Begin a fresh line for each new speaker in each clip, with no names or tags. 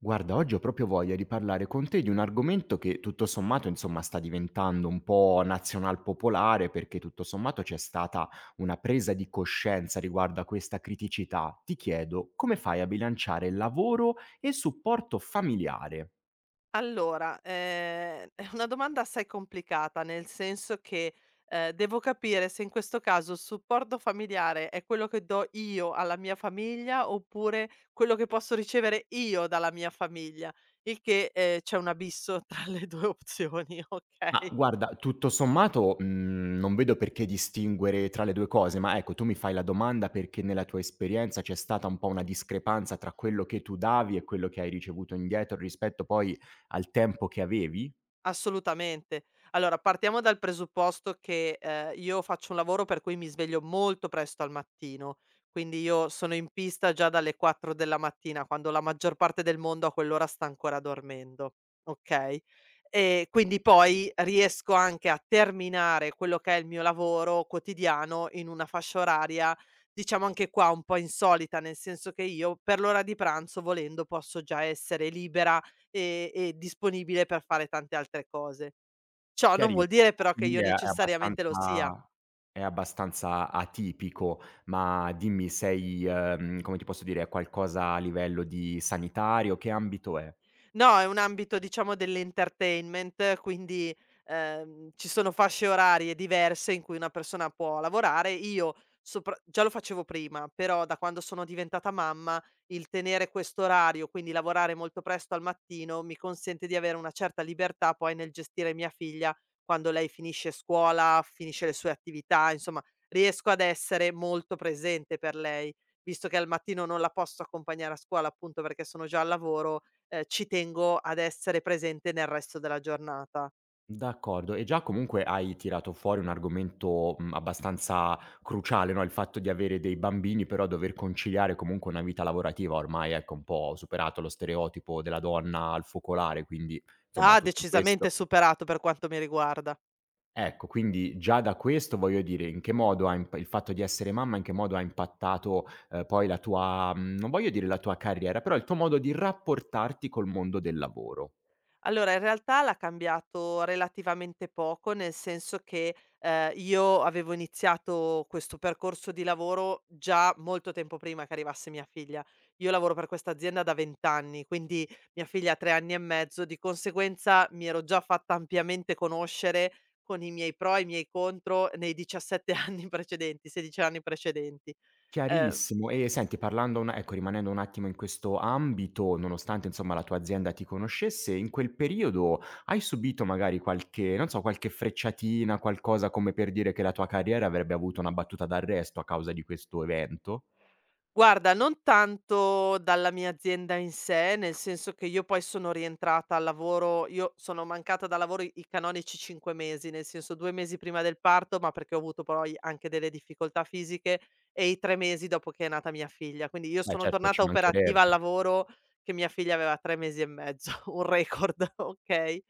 Guarda, oggi ho proprio voglia di parlare con te di un argomento che tutto sommato, insomma, sta diventando un po' nazionalpopolare perché tutto sommato c'è stata una presa di coscienza riguardo a questa criticità. Ti chiedo come fai a bilanciare lavoro e supporto familiare?
Allora, è una domanda assai complicata, nel senso che, devo capire se in questo caso il supporto familiare è quello che do io alla mia famiglia, oppure quello che posso ricevere io dalla mia famiglia, il che, c'è un abisso tra le 2 opzioni,
Ma
okay?
guarda, tutto sommato, mhmm, non vedo perché distinguere tra le 2 cose, ma ecco, tu mi fai la domanda perché nella tua esperienza c'è stata un po' una discrepanza tra quello che tu davi e quello che hai ricevuto indietro rispetto poi al tempo che avevi?
Assolutamente. Allora, partiamo dal presupposto che, io faccio un lavoro per cui mi sveglio molto presto al mattino, quindi io sono in pista già dalle 4 della mattina, quando la maggior parte del mondo a quell'ora sta ancora dormendo, okay? Quindi poi riesco anche a terminare quello che è il mio lavoro quotidiano in una fascia oraria, diciamo anche qua un po' insolita, nel senso che io per l'ora di pranzo, volendo, posso già essere libera e disponibile per fare tante altre cose. Ciò non vuol dire
Chiarissimo,
però che io
quindi è
necessariamente lo sia.
abbastanza è abbastanza atipico, ma dimmi sei, come ti posso dire, è qualcosa a livello di sanitario? Che ambito è?
No, è un ambito diciamo dell'entertainment, quindi, ci sono fasce orarie diverse in cui una persona può lavorare. Io sopra già lo facevo prima, però da quando sono diventata mamma il tenere questo orario, quindi lavorare molto presto al mattino, mi consente di avere una certa libertà poi nel gestire mia figlia quando lei finisce scuola, finisce le sue attività, insomma riesco ad essere molto presente per lei, visto che al mattino non la posso accompagnare a scuola appunto perché sono già al lavoro. Ci tengo ad essere presente nel resto della giornata.
D'accordo e già comunque hai tirato fuori un argomento, mhmm, abbastanza cruciale, no, il fatto di avere dei bambini, però dover conciliare comunque una vita lavorativa, ormai ecco un po' superato lo stereotipo della donna al focolare, quindi insomma
Ha
tutto
decisamente
questo
superato per quanto mi riguarda.
ecco, quindi già da questo voglio dire, in che modo ha imp il fatto di essere mamma, in che modo ha impattato, poi la tua, mhmm, non voglio dire la tua carriera, però il tuo modo di rapportarti col mondo del lavoro?
Allora, in realtà l'ha cambiato relativamente poco, nel senso che, io avevo iniziato questo percorso di lavoro già molto tempo prima che arrivasse mia figlia. Io lavoro per questa azienda da 20 anni, quindi mia figlia ha 3 anni e mezzo, di conseguenza mi ero già fatta ampiamente conoscere con i miei pro e i miei contro nei 17 anni precedenti, 16 anni precedenti. Ehm,
Chiarissimo. E senti, parlando un ecco, rimanendo un attimo in questo ambito, nonostante insomma la tua azienda ti conoscesse, in quel periodo hai subito magari qualche non so, qualche frecciatina, qualcosa come per dire che la tua carriera avrebbe avuto una battuta d'arresto a causa di questo evento?
Guarda, non tanto dalla mia azienda in sé, nel senso che io poi sono rientrata al lavoro io sono mancata da lavoro i canonici 5 mesi, nel senso 2 mesi prima del parto, ma perché ho avuto poi anche delle difficoltà fisiche, e i 3 mesi dopo che è nata mia figlia. Quindi io
Beh
sono
certo,
tornata
ci
operativa
mancherebbe.
al lavoro che mia figlia aveva 3 mesi e mezzo, un record, okay?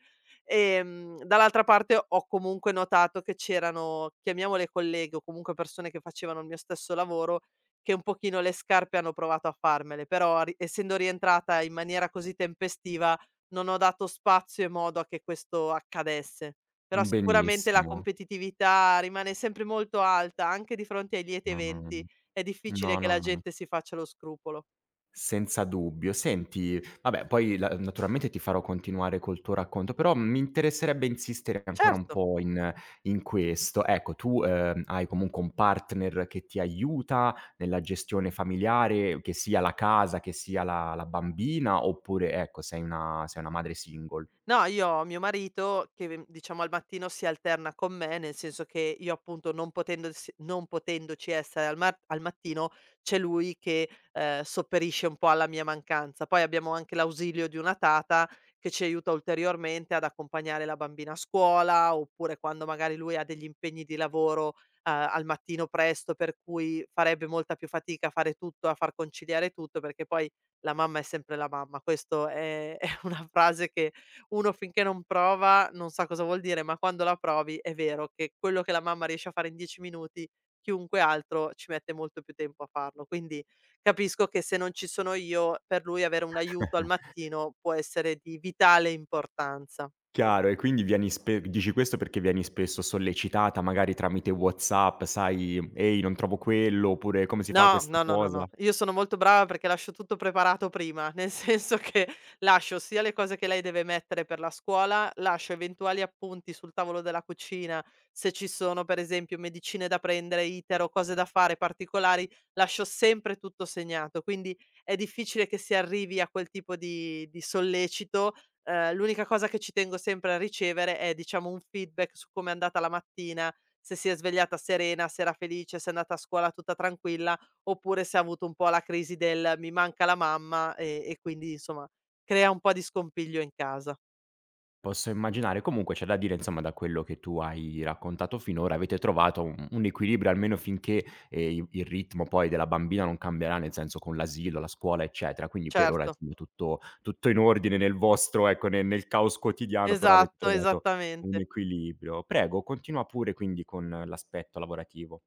Dall'altra parte ho comunque notato che c'erano, chiamiamole colleghe o comunque persone che facevano il mio stesso lavoro, che un pochino le scarpe hanno provato a farmele, però ri essendo rientrata in maniera così tempestiva non ho dato spazio e modo a che questo accadesse. Però sicuramente la
Benissimo.
competitività rimane sempre molto alta, anche di fronte ai lieti
No, no, no,
eventi,
no.
è difficile
No,
che
no,
la
ma
gente si faccia lo scrupolo.
senza dubbio. Senti, vabbè poi la naturalmente ti farò continuare col tuo racconto, però mi interesserebbe insistere ancora un
Certo.
po' in questo. Ecco, tu, hai comunque un partner che ti aiuta nella gestione familiare, che sia la casa, che sia la bambina, oppure ecco sei una madre single?
No, io ho mio marito che v diciamo al mattino si alterna con me, nel senso che io appunto non potendoci essere al mattino, c'è lui che, sopperisce un po' alla mia mancanza. Poi abbiamo anche l'ausilio di una tata che ci aiuta ulteriormente ad accompagnare la bambina a scuola, oppure quando magari lui ha degli impegni di lavoro, a al mattino presto, per cui farebbe molta più fatica a fare tutto, a far conciliare tutto, perché poi la mamma è sempre la mamma. Questo è è una frase che uno finché non prova non sa cosa vuol dire, ma quando la provi è vero che quello che la mamma riesce a fare in 10 minuti, chiunque altro ci mette molto più tempo a farlo. Quindi capisco che se non ci sono io, per lui avere un aiuto al mattino può essere di vitale importanza.
Chiaro, e quindi vieni spe dici questo perché vieni spesso sollecitata magari tramite WhatsApp, sai: "Ehi, non trovo quello", oppure: "Come si fa
No,
questa
no, no, no, no.
cosa?"
Io sono molto brava perché lascio tutto preparato prima, nel senso che lascio sia le cose che lei deve mettere per la scuola, lascio eventuali appunti sul tavolo della cucina, se ci sono per esempio medicine da prendere, iter o cose da fare particolari, lascio sempre tutto segnato, quindi è difficile che si arrivi a quel tipo di sollecito. L'unica cosa che ci tengo sempre a ricevere è, diciamo, un feedback su come è andata la mattina, se si è svegliata serena, se era felice, se è andata a scuola tutta tranquilla, oppure se ha avuto un po' la crisi del: "Mi manca la mamma", e quindi insomma crea un po' di scompiglio in casa.
Posso immaginare. Comunque c'è da dire, insomma, da quello che tu hai raccontato finora, avete trovato un equilibrio almeno finché, i il ritmo poi della bambina non cambierà, nel senso con l'asilo, la scuola, eccetera. Quindi per ora,
Certo,
insomma, tutto in ordine nel vostro ecco, ne nel caos quotidiano, però avete
esatto,
trovato un
esattamente.
equilibrio. Prego, continua pure quindi con l'aspetto lavorativo.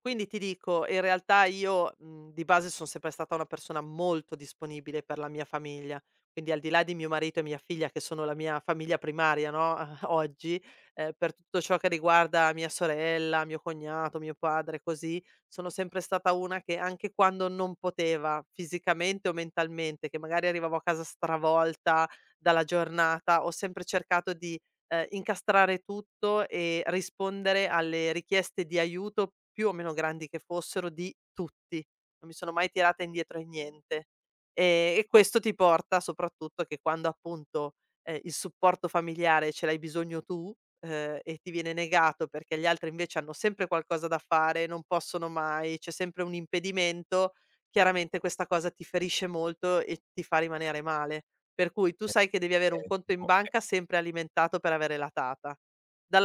Quindi ti dico, in realtà io, di base son sempre stata una persona molto disponibile per la mia famiglia, quindi al di là di mio marito e mia figlia che sono la mia famiglia primaria, no, oggi, per tutto ciò che riguarda mia sorella, mio cognato, mio padre, così, sono sempre stata una che anche quando non poteva fisicamente o mentalmente, che magari arrivavo a casa stravolta dalla giornata, ho sempre cercato di incastrare tutto e rispondere alle richieste di aiuto, più o meno grandi che fossero, di tutti. Non mi sono mai tirata indietro in niente. E questo ti porta soprattutto che quando appunto, il supporto familiare ce l'hai bisogno tu, e ti viene negato perché gli altri invece hanno sempre qualcosa da fare, non possono mai, c'è sempre un impedimento, chiaramente questa cosa ti ferisce molto e ti fa rimanere male. Per cui tu
Eh,
sai che devi avere un
è
conto in
co
banca sempre alimentato per avere la tata.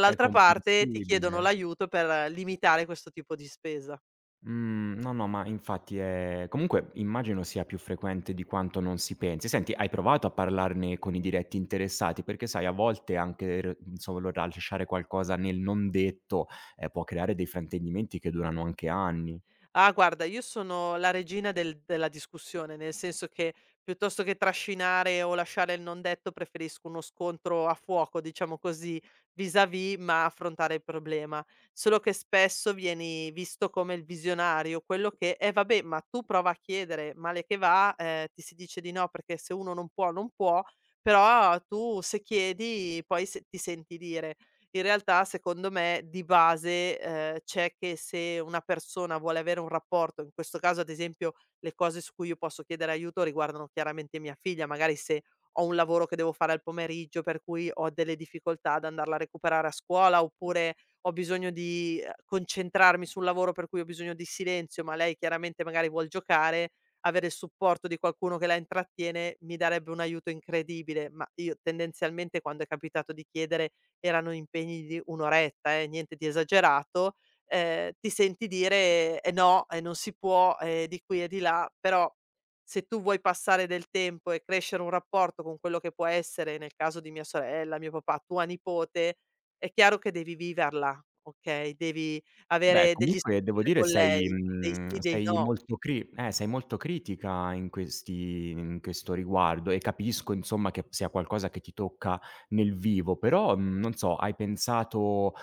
è
parte ti chiedono
comprensibile.
l'aiuto per limitare questo tipo di spesa.
Mhmm, no, no, ma infatti è comunque immagino sia più frequente di quanto non si pensi. Senti, hai provato a parlarne con i diretti interessati? Perché sai a volte anche r solo lasciare qualcosa nel non detto, può creare dei fraintendimenti che durano anche anni.
Ah, guarda, io sono la regina della discussione, nel senso che piuttosto che trascinare o lasciare il non detto, preferisco uno scontro a fuoco, diciamo così, vis-à-vis, ma affrontare il problema. Solo che spesso vieni visto come il visionario, quello che: "Eh vabbè, ma tu prova a chiedere", male che va, ti si dice di no perché se uno non può, non può, però tu se chiedi poi se ti senti dire. In realtà secondo me di base, c'è che se una persona vuole avere un rapporto, in questo caso ad esempio le cose su cui io posso chiedere aiuto riguardano chiaramente mia figlia, magari se ho un lavoro che devo fare al pomeriggio per cui ho delle difficoltà ad andarla a recuperare a scuola, oppure ho bisogno di concentrarmi sul lavoro per cui ho bisogno di silenzio, ma lei chiaramente magari vuol giocare, avere il supporto di qualcuno che la intrattiene mi darebbe un aiuto incredibile, ma io tendenzialmente quando è capitato di chiedere erano impegni di 1 oretta, niente di esagerato, ti senti dire: "Eh no, non si può, di qui e di là", però se tu vuoi passare del tempo e crescere un rapporto con quello che può essere, nel caso di mia sorella, mio papà, tua nipote, è chiaro che devi viverla, okay, devi
Beh,
avere degli
comunque devo
scontri
dire
con
sei
lei, dei
mhmm,
sì, dei no.
sei molto critica in questi in questo riguardo e capisco insomma che sia qualcosa che ti tocca nel vivo, però, mhmm, non so, hai pensato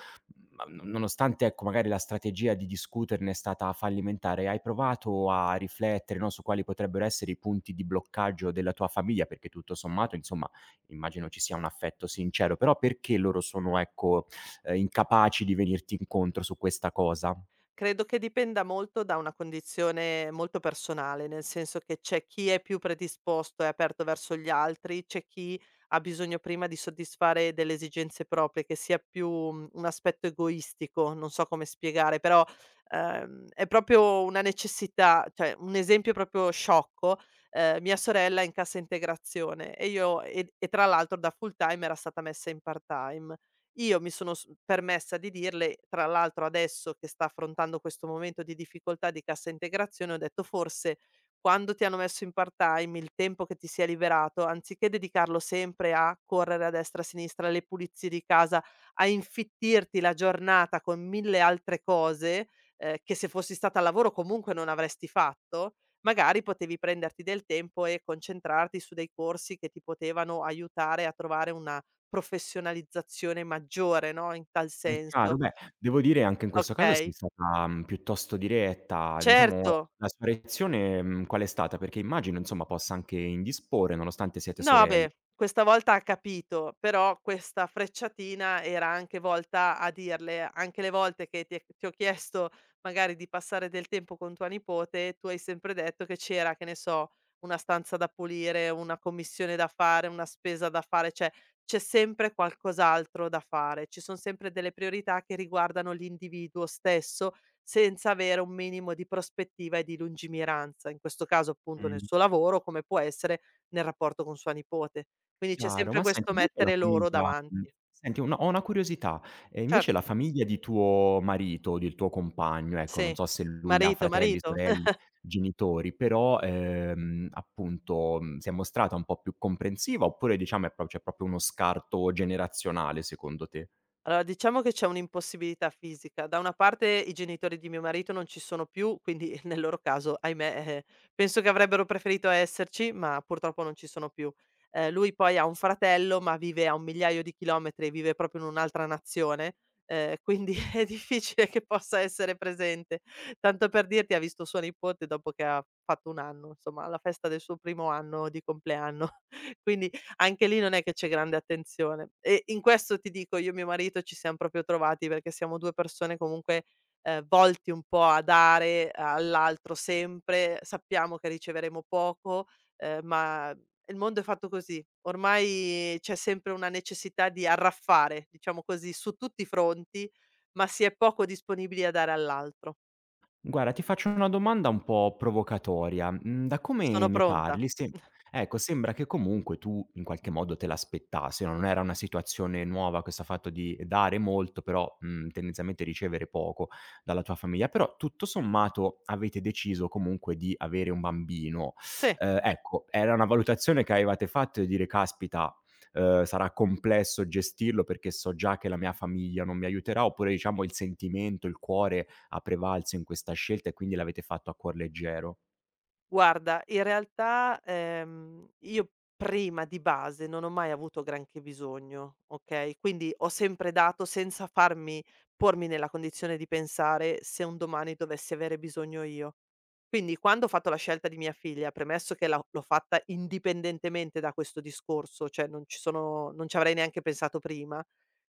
ma no nonostante ecco, magari la strategia di discuterne è stata fallimentare, hai provato a riflettere, no, su quali potrebbero essere i punti di bloccaggio della tua famiglia? Perché tutto sommato, insomma, immagino ci sia un affetto sincero, però perché loro sono, ecco, incapaci di venirti incontro su questa cosa?
Credo che dipenda molto da una condizione molto personale, nel senso che c'è chi è più predisposto e aperto verso gli altri, c'è chi ha bisogno prima di soddisfare delle esigenze proprie, che sia più un aspetto egoistico, non so come spiegare, però, è proprio una necessità cioè un esempio proprio sciocco, mia sorella è in cassa integrazione e io e tra l'altro da full time era stata messa in part time. Io mi sono s permessa di dirle tra l'altro adesso che sta affrontando questo momento di difficoltà di cassa integrazione, ho detto: "Forse quando ti hanno messo in part-time, il tempo che ti si è liberato, anziché dedicarlo sempre a correre a destra e a sinistra, alle pulizie di casa, a infittirti la giornata con 1000 altre cose, che se fossi stata al lavoro comunque non avresti fatto, magari potevi prenderti del tempo e concentrarti su dei corsi che ti potevano aiutare a trovare una professionalizzazione maggiore, no, in tal
Chiaro,
senso."
beh, devo dire anche in questo caso sei
Okay.
stata, mhmm, piuttosto diretta. Diciamo
Certo.
la sua reazione, mhmm, qual è stata? Perché immagino, insomma, possa anche indisporre nonostante siete
No,
sorelle.
beh, questa volta ha capito, però questa frecciatina era anche volta a dirle: "Anche le volte che ti ho chiesto magari di passare del tempo con tua nipote, tu hai sempre detto che c'era, che ne so, una stanza da pulire, una commissione da fare, una spesa da fare, cioè c'è sempre qualcos'altro da fare, ci son sempre delle priorità che riguardano l'individuo stesso, senza avere un minimo di prospettiva e di lungimiranza." In questo caso appunto nel
Mh.
suo lavoro, come può essere nel rapporto con sua nipote. Quindi c'è
Chiaro,
sempre
ma senti
questo
invece la
mettere loro
famiglia mhmm,
davanti.
senti un ho una curiosità, invece
Certo,
la famiglia di tuo marito, del tuo compagno, ecco, non
sì.
so se lui ha
Marito,
fratelli,
marito.
sorelle, genitori, però, appunto, mhmm, si è mostrata un po' più comprensiva oppure diciamo è pro c'è proprio uno scarto generazionale secondo te?
Allora, diciamo che c'è un'impossibilità fisica. Da una parte i genitori di mio marito non ci sono più, quindi nel loro caso, ahimè, penso che avrebbero preferito esserci, ma purtroppo non ci sono più. Lui poi ha un fratello, ma vive a un migliaio di chilometri, vive proprio in un'altra nazione, quindi è difficile che possa essere presente. Tanto per dirti, ha visto suo nipote dopo che ha fatto un anno, insomma, alla festa del suo primo anno di compleanno. Quindi anche lì non è che c'è grande attenzione. E in questo ti dico io e mio marito ci siam proprio trovati, perché siamo 2 persone comunque, volti un po' a dare all'altro sempre, sappiamo che riceveremo poco, ma il mondo è fatto così. Ormai c'è sempre una necessità di arraffare, diciamo così, su tutti i fronti, ma si è poco disponibili a dare all'altro.
Guarda, ti faccio una domanda un po' provocatoria. Mhmm, da come
Sono
ne
pronta.
parli sem ecco, sembra che comunque tu in qualche modo te l'aspettassi, no, non era una situazione nuova questo fatto di dare molto, però, mhmm, tendenzialmente ricevere poco dalla tua famiglia. Però tutto sommato avete deciso comunque di avere un bambino.
Sì.
Ecco, era una valutazione che avevate fatto di dire: "Caspita, sarà complesso gestirlo perché so già che la mia famiglia non mi aiuterà", oppure diciamo il sentimento, il cuore ha prevalso in questa scelta e quindi l'avete fatto a cuor leggero.
Guarda, in realtà, io prima di base non ho mai avuto granché bisogno, okay, quindi ho sempre dato senza farmi pormi nella condizione di pensare se un domani dovessi avere bisogno io. Quindi quando ho fatto la scelta di mia figlia, premesso che la l'ho fatta indipendentemente da questo discorso, cioè non ci avrei neanche pensato prima,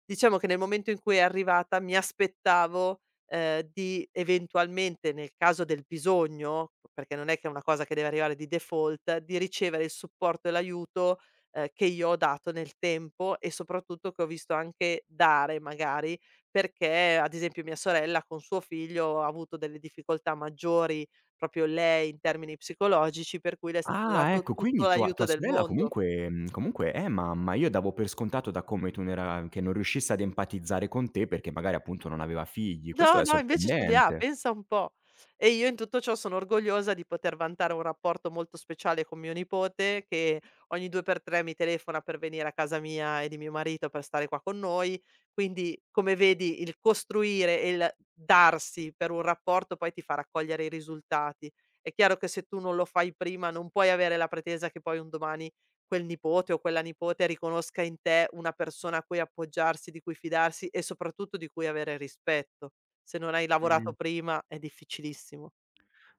diciamo che nel momento in cui è arrivata mi aspettavo di eventualmente, nel caso del bisogno, perché non è che è una cosa che deve arrivare di default, di ricevere il supporto e l'aiuto, che io ho dato nel tempo e soprattutto che ho visto anche dare magari, perché ad esempio mia sorella con suo figlio ha avuto delle difficoltà maggiori, proprio lei in termini psicologici, per cui le è stato
Ah,
dato
ecco,
tutto
quindi tua
l'aiuto
tua
del
sorella
mondo.
comunque mhmm, comunque è mamma. Io davo per scontato da come tu non era che non riuscisse ad empatizzare con te perché magari appunto non aveva figli. Questo
No,
è
no, invece ce li ha,
sorprendente.
pensa un po'. E io in tutto ciò sono orgogliosa di poter vantare un rapporto molto speciale con mio nipote, che ogni 2 per 3 mi telefona per venire a casa mia e di mio marito per stare qua con noi. Quindi, come vedi, il costruire e il darsi per un rapporto poi ti fa raccogliere i risultati. È chiaro che se tu non lo fai prima, non puoi avere la pretesa che poi un domani quel nipote o quella nipote riconosca in te una persona a cui appoggiarsi, di cui fidarsi e soprattutto di cui avere rispetto. Se non hai lavorato
Mh.
prima è difficilissimo.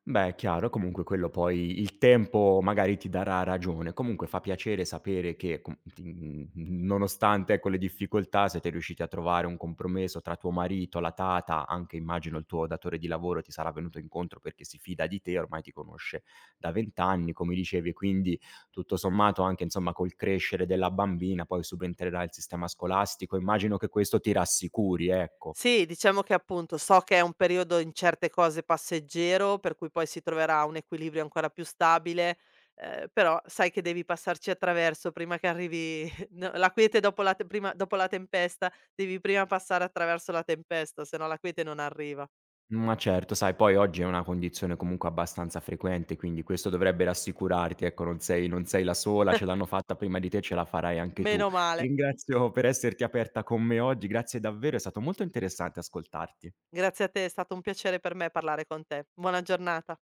Beh, è chiaro, comunque quello poi il tempo magari ti darà ragione. Comunque fa piacere sapere che com ti mhmm, nonostante, ecco, le difficoltà siete riusciti a trovare un compromesso tra tuo marito, la tata, anche immagino il tuo datore di lavoro ti sarà venuto incontro perché si fida di te, ormai ti conosce da 20 anni, come dicevi, e quindi tutto sommato anche, insomma, col crescere della bambina poi subentrerà il sistema scolastico. Immagino che questo ti rassicuri, ecco.
Sì, diciamo che appunto so che è un periodo in certe cose passeggero, per cui poi si troverà un equilibrio ancora più stabile, però sai che devi passarci attraverso prima che arrivi no, la quiete dopo la te prima dopo la tempesta, devi prima passare attraverso la tempesta, se no la quiete non arriva.
Ma certo, sai poi oggi è una condizione comunque abbastanza frequente, quindi questo dovrebbe rassicurarti, ecco, non sei la sola, ce l'hanno fatta prima di te, ce la farai anche tu.
Meno
Ti
male.
ringrazio per esserti aperta con me oggi, grazie davvero, è stato molto interessante ascoltarti.
Grazie a te, è stato un piacere per me parlare con te. Buona giornata.